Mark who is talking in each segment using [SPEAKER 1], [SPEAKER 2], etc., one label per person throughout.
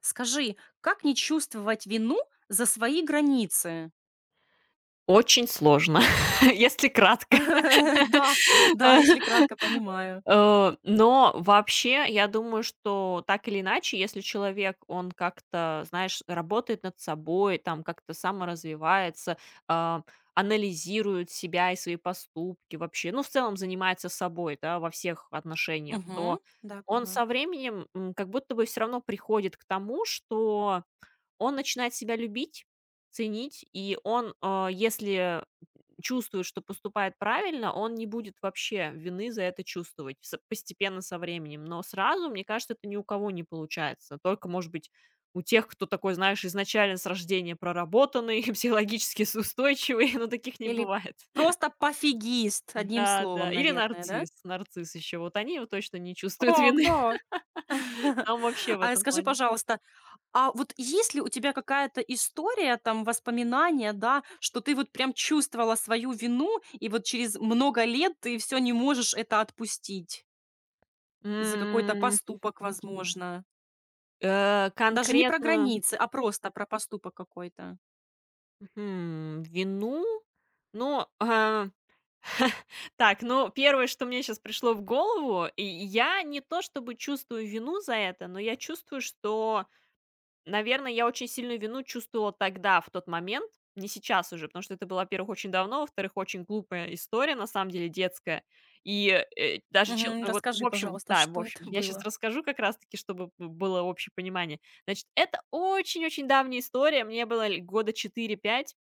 [SPEAKER 1] Скажи, как не чувствовать вину за свои границы?
[SPEAKER 2] Очень сложно, если кратко.
[SPEAKER 1] Да, да,
[SPEAKER 2] Э,
[SPEAKER 1] если кратко понимаю.
[SPEAKER 2] но вообще, я думаю, что так или иначе, если человек, он как-то, знаешь, работает над собой, там как-то саморазвивается, а, анализирует себя и свои поступки вообще, ну, в целом занимается собой, да, во всех отношениях,
[SPEAKER 1] Мгм.
[SPEAKER 2] то
[SPEAKER 1] Да,
[SPEAKER 2] он
[SPEAKER 1] понимаю.
[SPEAKER 2] со временем, как будто бы все равно приходит к тому, что он начинает себя любить, ценить, и он, если чувствует, что поступает правильно, он не будет вообще вины за это чувствовать с постепенно со временем. Но сразу, мне кажется, это ни у кого не получается. Только, может быть, у тех, кто такой, знаешь, изначально с рождения проработанный, психологически с устойчивый, но таких не
[SPEAKER 1] Или
[SPEAKER 2] бывает.
[SPEAKER 1] просто пофигист, одним
[SPEAKER 2] Да, да.
[SPEAKER 1] словом,
[SPEAKER 2] Или
[SPEAKER 1] наверное, да?
[SPEAKER 2] нарцисс, нарцисс еще. Вот они вот точно не чувствуют
[SPEAKER 1] Ок,
[SPEAKER 2] вины.
[SPEAKER 1] да.
[SPEAKER 2] Там вообще в
[SPEAKER 1] А
[SPEAKER 2] этом
[SPEAKER 1] скажи,
[SPEAKER 2] плане.
[SPEAKER 1] пожалуйста, а вот есть ли у тебя какая-то история, там, воспоминания, да, что ты вот прям чувствовала свою вину, и вот через много лет ты все не можешь это отпустить за какой-то
[SPEAKER 2] М,
[SPEAKER 1] поступок, возможно?
[SPEAKER 2] э,
[SPEAKER 1] Даже не про
[SPEAKER 2] конкретную
[SPEAKER 1] границы, а просто про поступок какой-то.
[SPEAKER 2] Мгм. Вину? Ну, так, ну, первое, что мне сейчас пришло в голову, и я не то чтобы чувствую вину за это, но я чувствую, что, наверное, я очень сильную вину чувствовала тогда, в тот момент, не сейчас уже, потому что это было, во-первых, очень давно, во-вторых, очень глупая история, на самом деле, детская. И
[SPEAKER 1] Мгм.
[SPEAKER 2] вот, в
[SPEAKER 1] Расскажи,
[SPEAKER 2] общем,
[SPEAKER 1] пожалуйста,
[SPEAKER 2] да, в
[SPEAKER 1] что
[SPEAKER 2] общем,
[SPEAKER 1] это
[SPEAKER 2] я сейчас
[SPEAKER 1] было?
[SPEAKER 2] расскажу как раз-таки, чтобы было общее понимание. Значит, это очень-очень давняя история, мне было года четыре-пять.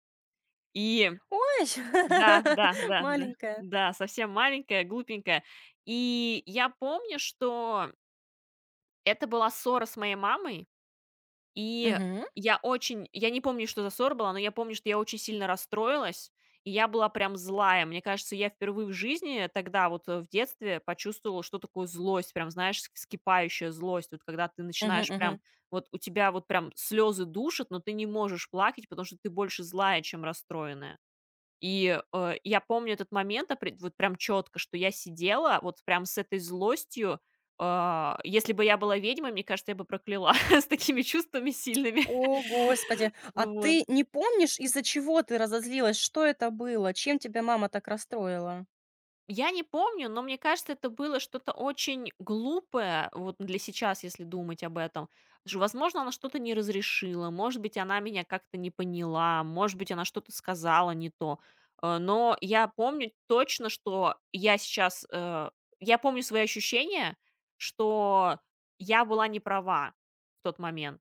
[SPEAKER 2] И
[SPEAKER 1] Ой,
[SPEAKER 2] да, да, да, да.
[SPEAKER 1] маленькая.
[SPEAKER 2] Да, совсем маленькая, глупенькая. И я помню, что это была ссора с моей мамой. И
[SPEAKER 1] Мгм.
[SPEAKER 2] я не помню, что за ссора была, но я помню, что я очень сильно расстроилась, и я была прям злая. Мне кажется, я впервые в жизни тогда, вот, в детстве, почувствовала, что такое злость, прям, знаешь, вс вскипающая злость. Вот когда ты
[SPEAKER 1] Мгм
[SPEAKER 2] начинаешь
[SPEAKER 1] мгм.
[SPEAKER 2] прям, вот у тебя вот прям слезы душат, но ты не можешь плакать, потому что ты больше злая, чем расстроенная. И, я помню этот момент опред вот прям четко, что я сидела вот прям с этой злостью. А если бы я была ведьмой, мне кажется, я бы прокляла с такими чувствами сильными.
[SPEAKER 1] О, господи, а
[SPEAKER 2] Ну вот.
[SPEAKER 1] ты не помнишь, из-за чего ты разозлилась? Что это было? Чем тебя мама так расстроила?
[SPEAKER 2] Я не помню, но мне кажется, это было что-то очень глупое, вот для сейчас, если думать об этом. Ж Возможно, она что-то не разрешила, может быть, она меня как-то не поняла, может быть, она что-то сказала не то. Но я помню точно, что я помню свои ощущения, что я была не права в тот момент.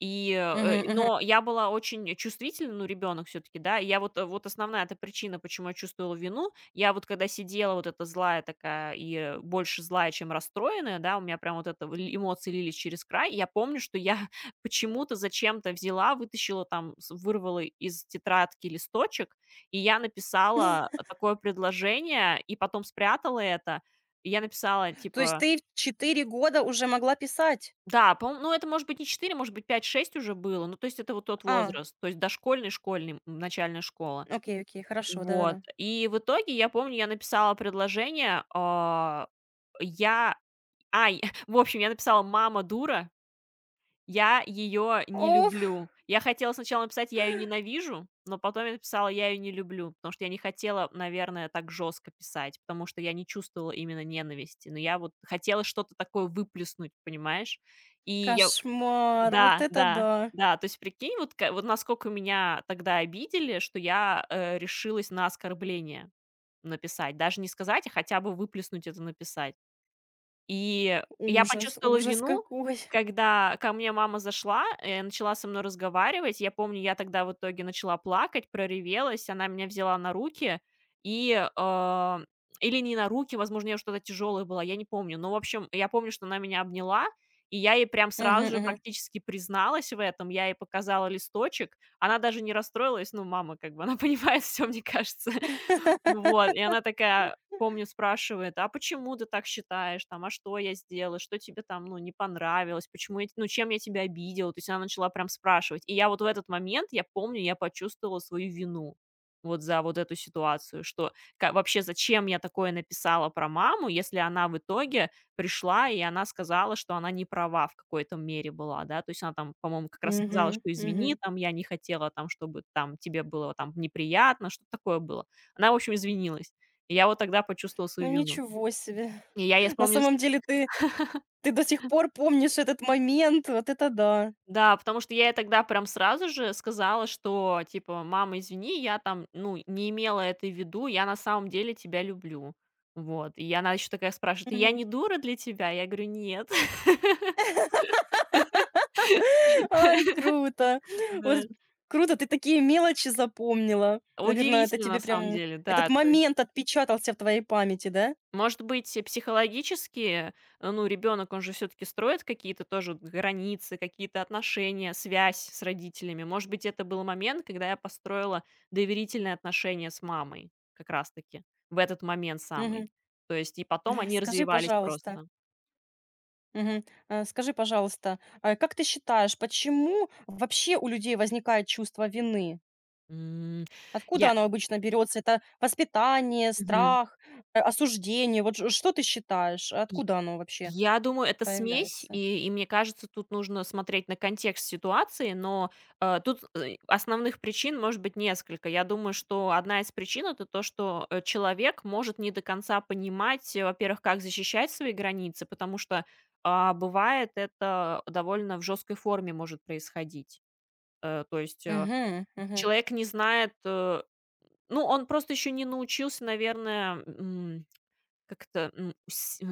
[SPEAKER 2] И,
[SPEAKER 1] Мгм мгм.
[SPEAKER 2] но я была очень чувствительна, ну, ребенок все-таки, да, и я вот, вот основная эта причина, почему я чувствовала вину. Я вот когда сидела вот эта злая такая, и больше злая, чем расстроенная, да, у меня прям вот это эмоции лились через край. Я помню, что я почему-то зачем-то взяла, вытащила там, вырвала из тетрадки листочек, и я написала такое предложение, и потом спрятала это. И я написала,
[SPEAKER 1] То есть
[SPEAKER 2] типа...
[SPEAKER 1] ты в 4 года уже могла писать?
[SPEAKER 2] Да, по-моему, ну, это, может быть, не 4, может быть, пять, шесть уже было. Ну, то есть это вот тот
[SPEAKER 1] А,
[SPEAKER 2] возраст, то есть дошкольный, школьный, начальная школа.
[SPEAKER 1] окей, окей, хорошо,
[SPEAKER 2] Вот.
[SPEAKER 1] да-да-да.
[SPEAKER 2] И в итоге, я помню, я написала предложение, я ай, в общем, я написала: "Мама дура, я ее не
[SPEAKER 1] О,
[SPEAKER 2] люблю". Я хотела сначала написать: "Я ее ненавижу", но потом я написала: "Я ее не люблю", потому что я не хотела, наверное, так жестко писать, потому что я не чувствовала именно ненависти, но я вот хотела что-то такое выплеснуть, понимаешь? И я...
[SPEAKER 1] кошмар, вот
[SPEAKER 2] Да,
[SPEAKER 1] это
[SPEAKER 2] да,
[SPEAKER 1] да!
[SPEAKER 2] да. То есть, прикинь, вот ка вот насколько меня тогда обидели, что я, решилась на оскорбление написать. Даже не сказать, а хотя бы выплеснуть это, написать. И я
[SPEAKER 1] Ужас,
[SPEAKER 2] почувствовала
[SPEAKER 1] ужас
[SPEAKER 2] вину,
[SPEAKER 1] какой!
[SPEAKER 2] когда ко мне мама зашла, начала со мной разговаривать. Я помню, я тогда в итоге начала плакать, проревелась. Она меня взяла на руки, и, или не на руки, возможно, я уже то тяжелое была, я не помню. Но, в общем, я помню, что она меня обняла, и я ей прям
[SPEAKER 1] Мгм
[SPEAKER 2] сразу же
[SPEAKER 1] мгм.
[SPEAKER 2] практически призналась в этом. Я ей показала листочек. Она даже не расстроилась. Ну, мама, как бы, она понимает все, мне кажется. Вот, и она такая помню, спрашивает: "А почему ты так считаешь там? А что я сделала? Что тебе там, ну, не понравилось? Почему я т ну, чем я тебя обидела?" То есть она начала прям спрашивать. И я вот в этот момент, я помню, я почувствовала свою вину вот за вот эту ситуацию, что ка вообще зачем я такое написала про маму, если она в итоге пришла и она сказала, что она не права в какой-то мере была, да. То есть она там, по-моему, как раз сказала,
[SPEAKER 1] Мгм,
[SPEAKER 2] что: "Извини,
[SPEAKER 1] мгм.
[SPEAKER 2] там я не хотела там, чтобы там тебе было там неприятно", что-то такое было. Она, в общем, извинилась. И я вот тогда почувствовала свою
[SPEAKER 1] Ну,
[SPEAKER 2] вину.
[SPEAKER 1] ничего себе.
[SPEAKER 2] И я ей
[SPEAKER 1] На
[SPEAKER 2] вспомню с
[SPEAKER 1] самом деле ты ты до сих пор помнишь этот момент. Вот это да.
[SPEAKER 2] да, потому что я ей тогда прям сразу же сказала, что типа: "Мама, извини, я там, ну, не имела это в виду, я на самом деле тебя люблю". Вот. И она еще такая спрашивает: "Я
[SPEAKER 1] Мгм.
[SPEAKER 2] не дура для тебя?" Я говорю: "Нет".
[SPEAKER 1] Ай, круто.
[SPEAKER 2] Да.
[SPEAKER 1] Вот круто, ты такие мелочи запомнила. Наверное, это
[SPEAKER 2] Удивительно на
[SPEAKER 1] тебе
[SPEAKER 2] самом
[SPEAKER 1] прям
[SPEAKER 2] деле,
[SPEAKER 1] этот
[SPEAKER 2] да.
[SPEAKER 1] момент отпечатался в твоей памяти, да?
[SPEAKER 2] Может быть, психологически, ну, ребенок, он же все-таки строит какие-то тоже вот границы, какие-то отношения, связь с родителями. Может быть, это был момент, когда я построила доверительные отношения с мамой как раз-таки в этот момент самый.
[SPEAKER 1] Мгм.
[SPEAKER 2] То есть и потом они
[SPEAKER 1] Скажи,
[SPEAKER 2] развивались
[SPEAKER 1] пожалуйста,
[SPEAKER 2] просто.
[SPEAKER 1] мгм, скажи, пожалуйста, а как ты считаешь, почему вообще у людей возникает чувство вины?
[SPEAKER 2] М,
[SPEAKER 1] Откуда
[SPEAKER 2] Я...
[SPEAKER 1] оно обычно берется? Это воспитание,
[SPEAKER 2] Мгм.
[SPEAKER 1] страх, осуждение? Вот ш что ты считаешь, откуда оно вообще
[SPEAKER 2] Я думаю, это смесь,
[SPEAKER 1] появляется?
[SPEAKER 2] и мне кажется, тут нужно смотреть на контекст ситуации, но, тут, основных причин может быть несколько. Я думаю, что одна из причин — это то, что, человек может не до конца понимать, во-первых, как защищать свои границы, потому что, бывает, это довольно в жесткой форме может происходить. То есть,
[SPEAKER 1] Мгм, мгм.
[SPEAKER 2] человек не знает, ну, он просто еще не научился, наверное, как-то,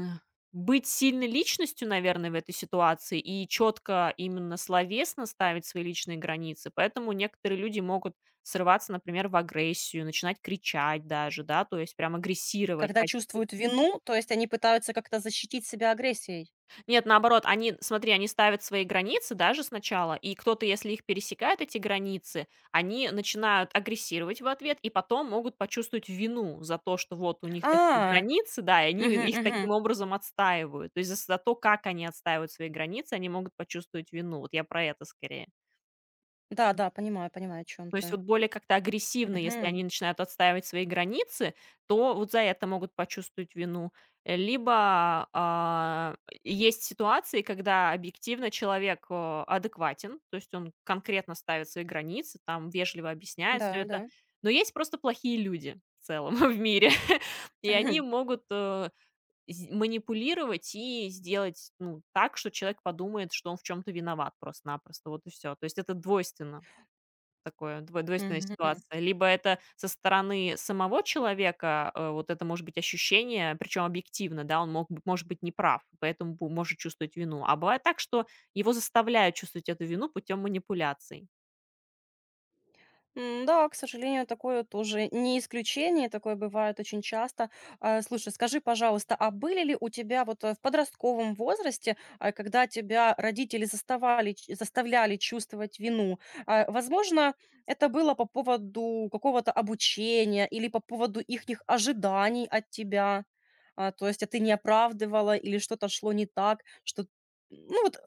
[SPEAKER 2] быть сильной личностью, наверное, в этой ситуации, и четко именно словесно ставить свои личные границы. Поэтому некоторые люди могут срываться, например, в агрессию, начинать кричать даже, да, то есть прям агрессировать.
[SPEAKER 1] Когда чувствуют вину, то есть они пытаются как-то защитить себя агрессией?
[SPEAKER 2] Нет, наоборот, они, смотри, они ставят свои границы даже сначала, и кто-то, если их пересекает, эти границы, они начинают агрессировать в ответ и потом могут почувствовать вину за то, что вот у них такие
[SPEAKER 1] А,
[SPEAKER 2] границы, да, и они
[SPEAKER 1] мгм,
[SPEAKER 2] их таким
[SPEAKER 1] мгм.
[SPEAKER 2] образом отстаивают. То есть за то, как они отстаивают свои границы, они могут почувствовать вину. Вот я про это скорее.
[SPEAKER 1] Да-да, понимаю понимаю, о чем
[SPEAKER 2] То есть
[SPEAKER 1] ты.
[SPEAKER 2] вот более как-то агрессивно, если
[SPEAKER 1] Мгм.
[SPEAKER 2] они начинают отстаивать свои границы, то вот за это могут почувствовать вину. Либо, есть ситуации, когда объективно человек, адекватен, то есть он конкретно ставит свои границы, там вежливо объясняет все
[SPEAKER 1] Да,
[SPEAKER 2] это.
[SPEAKER 1] да.
[SPEAKER 2] Но есть просто плохие люди в целом в мире, и они
[SPEAKER 1] Мгм,
[SPEAKER 2] могут, э, з манипулировать и сделать, ну, так, что человек подумает, что он в чем то виноват просто-напросто. Вот и все. То есть это двойственно. Такое двойственная
[SPEAKER 1] мгм.
[SPEAKER 2] ситуация. Либо это со стороны самого человека, вот это может быть ощущение, причем объективно, да, он мог бы, может быть, не прав, поэтому бу может чувствовать вину. А бывает так, что его заставляют чувствовать эту вину путем манипуляций.
[SPEAKER 1] М, да, к сожалению, такое тоже не исключение, такое бывает очень часто. А, слушай, скажи, пожалуйста, а были ли у тебя вот в подростковом возрасте, когда тебя родители заставали, заставляли чувствовать вину? Возможно, это было по поводу какого-то обучения или по поводу их ожиданий от тебя? А, то есть, а ты не оправдывала или что-то шло не так, что ну вот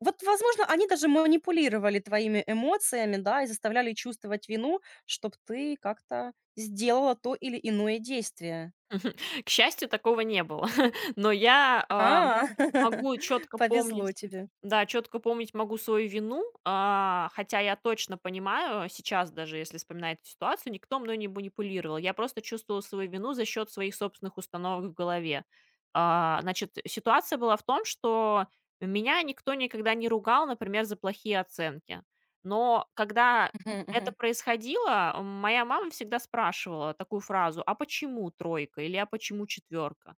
[SPEAKER 1] возможно, они даже манипулировали твоими эмоциями, да, и заставляли чувствовать вину, чтобы ты как-то сделала то или иное действие.
[SPEAKER 2] К счастью, такого не было, но я, а
[SPEAKER 1] А,
[SPEAKER 2] могу четко
[SPEAKER 1] повезло
[SPEAKER 2] помнить,
[SPEAKER 1] тебе.
[SPEAKER 2] да, четко помнить могу свою вину. Хотя я точно понимаю, сейчас даже, если вспоминать эту ситуацию, никто мной не манипулировал. Я просто чувствовала свою вину за счет своих собственных установок в голове. Значит, ситуация была в том, что меня никто никогда не ругал, например, за плохие оценки. Но когда
[SPEAKER 1] Мгм,
[SPEAKER 2] это
[SPEAKER 1] мгм.
[SPEAKER 2] происходило, моя мама всегда спрашивала такую фразу: "А почему тройка?" или "А почему четверка?"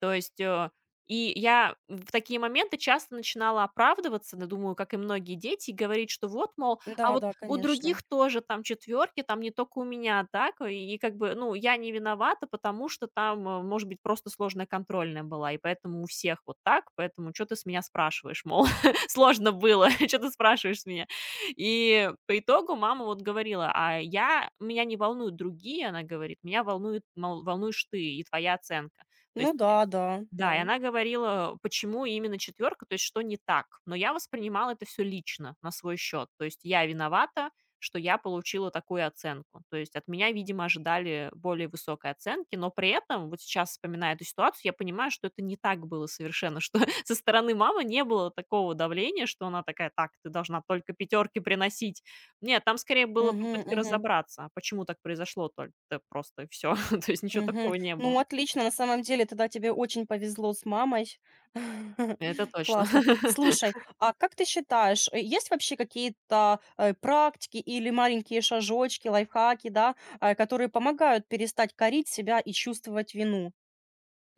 [SPEAKER 2] То есть, и я в такие моменты часто начинала оправдываться, да, думаю, как и многие дети, и говорить, что вот, мол, а
[SPEAKER 1] Да,
[SPEAKER 2] вот
[SPEAKER 1] да,
[SPEAKER 2] у
[SPEAKER 1] конечно.
[SPEAKER 2] других тоже там четверки, там не только у меня так, и как бы, ну, я не виновата, потому что там, может быть, просто сложная контрольная была, и поэтому у всех вот так, поэтому что ты с меня спрашиваешь, мол, сложно было, что ты спрашиваешь с меня. И по итогу мама вот говорила, меня не волнуют другие, она говорит, меня волнует, мол, волнуешь ты и твоя оценка. То
[SPEAKER 1] Ну
[SPEAKER 2] есть
[SPEAKER 1] да, да, да.
[SPEAKER 2] да, и она говорила, почему именно четверка, то есть что не так. Но я воспринимала это все лично, на свой счет. То есть я виновата, что я получила такую оценку. То есть от меня, видимо, ожидали более высокой оценки, но при этом, вот сейчас вспоминая эту ситуацию, я понимаю, что это не так было совершенно, что со стороны мамы не было такого давления, что она такая, так, ты должна только пятерки приносить. Нет, там скорее была
[SPEAKER 1] Мгм,
[SPEAKER 2] попытка
[SPEAKER 1] мгм.
[SPEAKER 2] разобраться, а почему так произошло, только просто все. То есть ничего
[SPEAKER 1] Мгм.
[SPEAKER 2] такого не было.
[SPEAKER 1] Ну, отлично, на самом деле, тогда тебе очень повезло с мамой.
[SPEAKER 2] Это точно.
[SPEAKER 1] Классно. Слушай, а как ты считаешь, есть вообще какие-то практики или маленькие шажочки, лайфхаки, да, которые помогают перестать корить себя и чувствовать вину?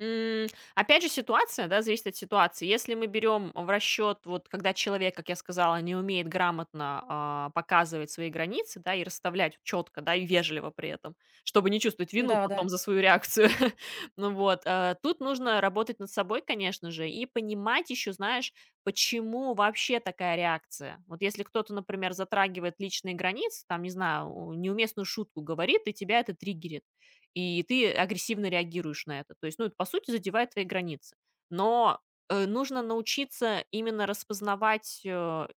[SPEAKER 2] М, Опять же, ситуация, да, зависит от ситуации. Если мы берем в расчет, вот когда человек, как я сказала, не умеет грамотно, показывать свои границы, да, и расставлять четко, да, и вежливо при этом, чтобы не чувствовать вину
[SPEAKER 1] Да, да.
[SPEAKER 2] потом за свою реакцию. Ну вот, тут нужно работать над собой, конечно же, и понимать еще, знаешь, почему вообще такая реакция. Вот если кто-то, например, затрагивает личные границы, там, не знаю, неуместную шутку говорит, и тебя это триггерит, и ты агрессивно реагируешь на это. То есть, ну, это, по сути, задевает твои границы. Но, нужно научиться именно распознавать,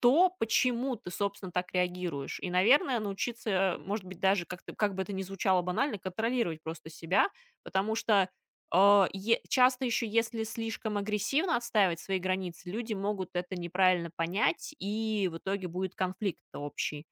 [SPEAKER 2] то, почему ты, собственно, так реагируешь. И, наверное, научиться, может быть, даже как-то, как бы это ни звучало банально, контролировать просто себя, потому что, а, е часто еще, если слишком агрессивно отстаивать свои границы, люди могут это неправильно понять, и в итоге будет конфликт общий.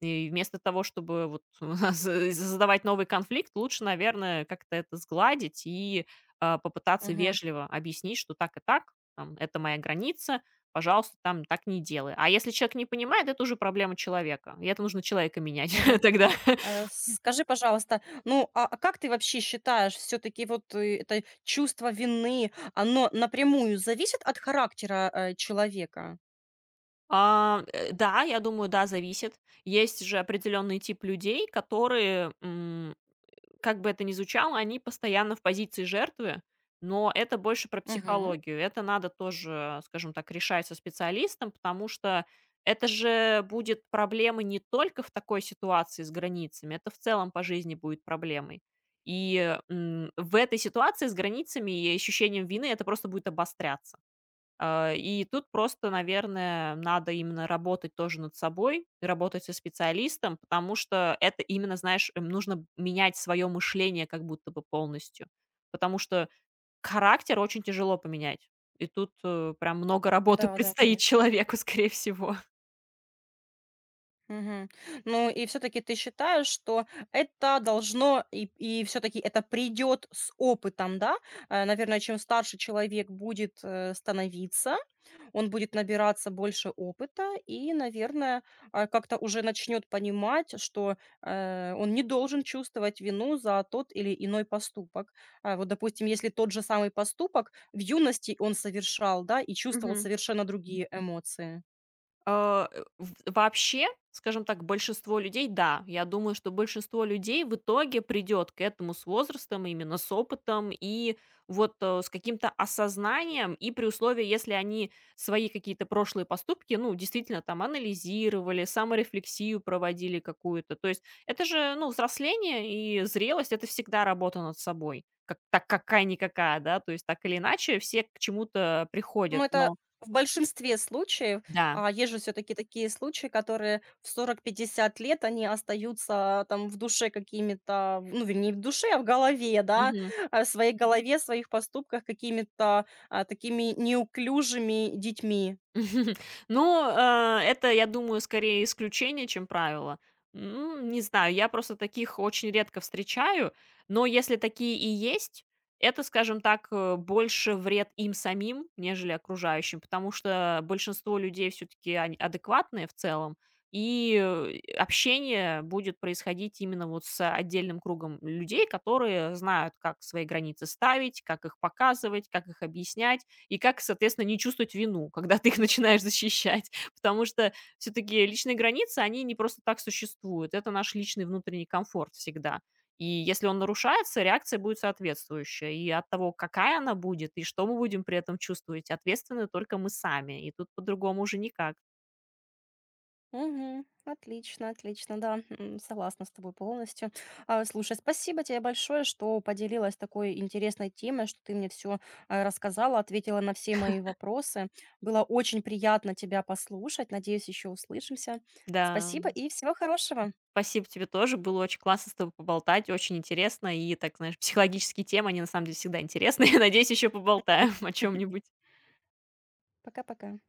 [SPEAKER 2] И вместо того, чтобы вот з задавать новый конфликт, лучше, наверное, как-то это сгладить и, попытаться
[SPEAKER 1] Мгм.
[SPEAKER 2] вежливо объяснить, что так и так, там, это моя граница, пожалуйста, там так не делай. А если человек не понимает, это уже проблема человека. И это нужно человека менять
[SPEAKER 1] Мгм.
[SPEAKER 2] тогда.
[SPEAKER 1] Скажи, пожалуйста, ну а как ты вообще считаешь, все-таки вот это чувство вины, оно напрямую зависит от характера человека?
[SPEAKER 2] Да, я думаю, да, зависит. Есть же определенный тип людей, которые, как бы это ни звучало, они постоянно в позиции жертвы, но это больше про
[SPEAKER 1] Угу.
[SPEAKER 2] психологию. Это надо тоже, скажем так, решать со специалистом, потому что это же будет проблема не только в такой ситуации с границами, это в целом по жизни будет проблемой. И в этой ситуации с границами и ощущением вины это просто будет обостряться. И тут просто, наверное, надо именно работать тоже над собой, работать со специалистом, потому что это именно, знаешь, нужно менять свое мышление как будто бы полностью. Потому что характер очень тяжело поменять. И тут, прям много работы
[SPEAKER 1] Да, да,
[SPEAKER 2] предстоит
[SPEAKER 1] конечно.
[SPEAKER 2] человеку, скорее всего.
[SPEAKER 1] Мгм. Ну и все таки ты считаешь, что это должно и все таки это придет с опытом, да? Наверное, чем старше человек будет, становиться, он будет набираться больше опыта и, наверное, как-то уже начнет понимать, что, он не должен чувствовать вину за тот или иной поступок. А, вот, допустим, если тот же самый поступок в юности он совершал, да, и чувствовал совершенно другие эмоции.
[SPEAKER 2] А, Э, в Вообще, скажем так, большинство людей, да, я думаю, что большинство людей в итоге придет к этому с возрастом, именно с опытом и вот, с каким-то осознанием. И при условии, если они свои какие-то прошлые поступки, ну, действительно там анализировали, саморефлексию проводили какую-то. То есть это же, ну, взросление и зрелость — это всегда работа над собой. Как, так какая-никакая, да, то есть так или иначе все к чему-то
[SPEAKER 1] Ну,
[SPEAKER 2] приходят,
[SPEAKER 1] это
[SPEAKER 2] но...
[SPEAKER 1] в большинстве случаев.
[SPEAKER 2] Да.
[SPEAKER 1] А, есть же всё-таки такие случаи, которые в 40–50 лет, они остаются там в душе какими-то, ну, вернее, в душе, а в голове, да, в своей голове, в своих поступках какими-то, такими неуклюжими детьми.
[SPEAKER 2] Ну, это, я думаю, скорее исключение, чем правило. Не знаю, я просто таких очень редко встречаю, но если такие и есть, это, скажем так, больше вред им самим, нежели окружающим, потому что большинство людей все-таки адекватные в целом, и общение будет происходить именно вот с отдельным кругом людей, которые знают, как свои границы ставить, как их показывать, как их объяснять, и как, соответственно, не чувствовать вину, когда ты их начинаешь защищать. Потому что все-таки личные границы, они не просто так существуют. Это наш личный внутренний комфорт всегда. И если он нарушается, реакция будет соответствующая. И от того, какая она будет, и что мы будем при этом чувствовать, ответственны только мы сами. И тут по-другому уже никак.
[SPEAKER 1] Мгм. Отлично, отлично, да, м, согласна с тобой полностью. А, слушай, спасибо тебе большое, что поделилась такой интересной темой, что ты мне все рассказала, ответила на все мои вопросы. Было очень приятно тебя послушать. Надеюсь, еще услышимся.
[SPEAKER 2] Да,
[SPEAKER 1] Спасибо и всего хорошего.
[SPEAKER 2] спасибо тебе тоже. Было очень классно с тобой поболтать, очень интересно. И так, знаешь, психологические темы, они на самом деле всегда интересны. Надеюсь, еще поболтаем о чем-нибудь.
[SPEAKER 1] Пока-пока.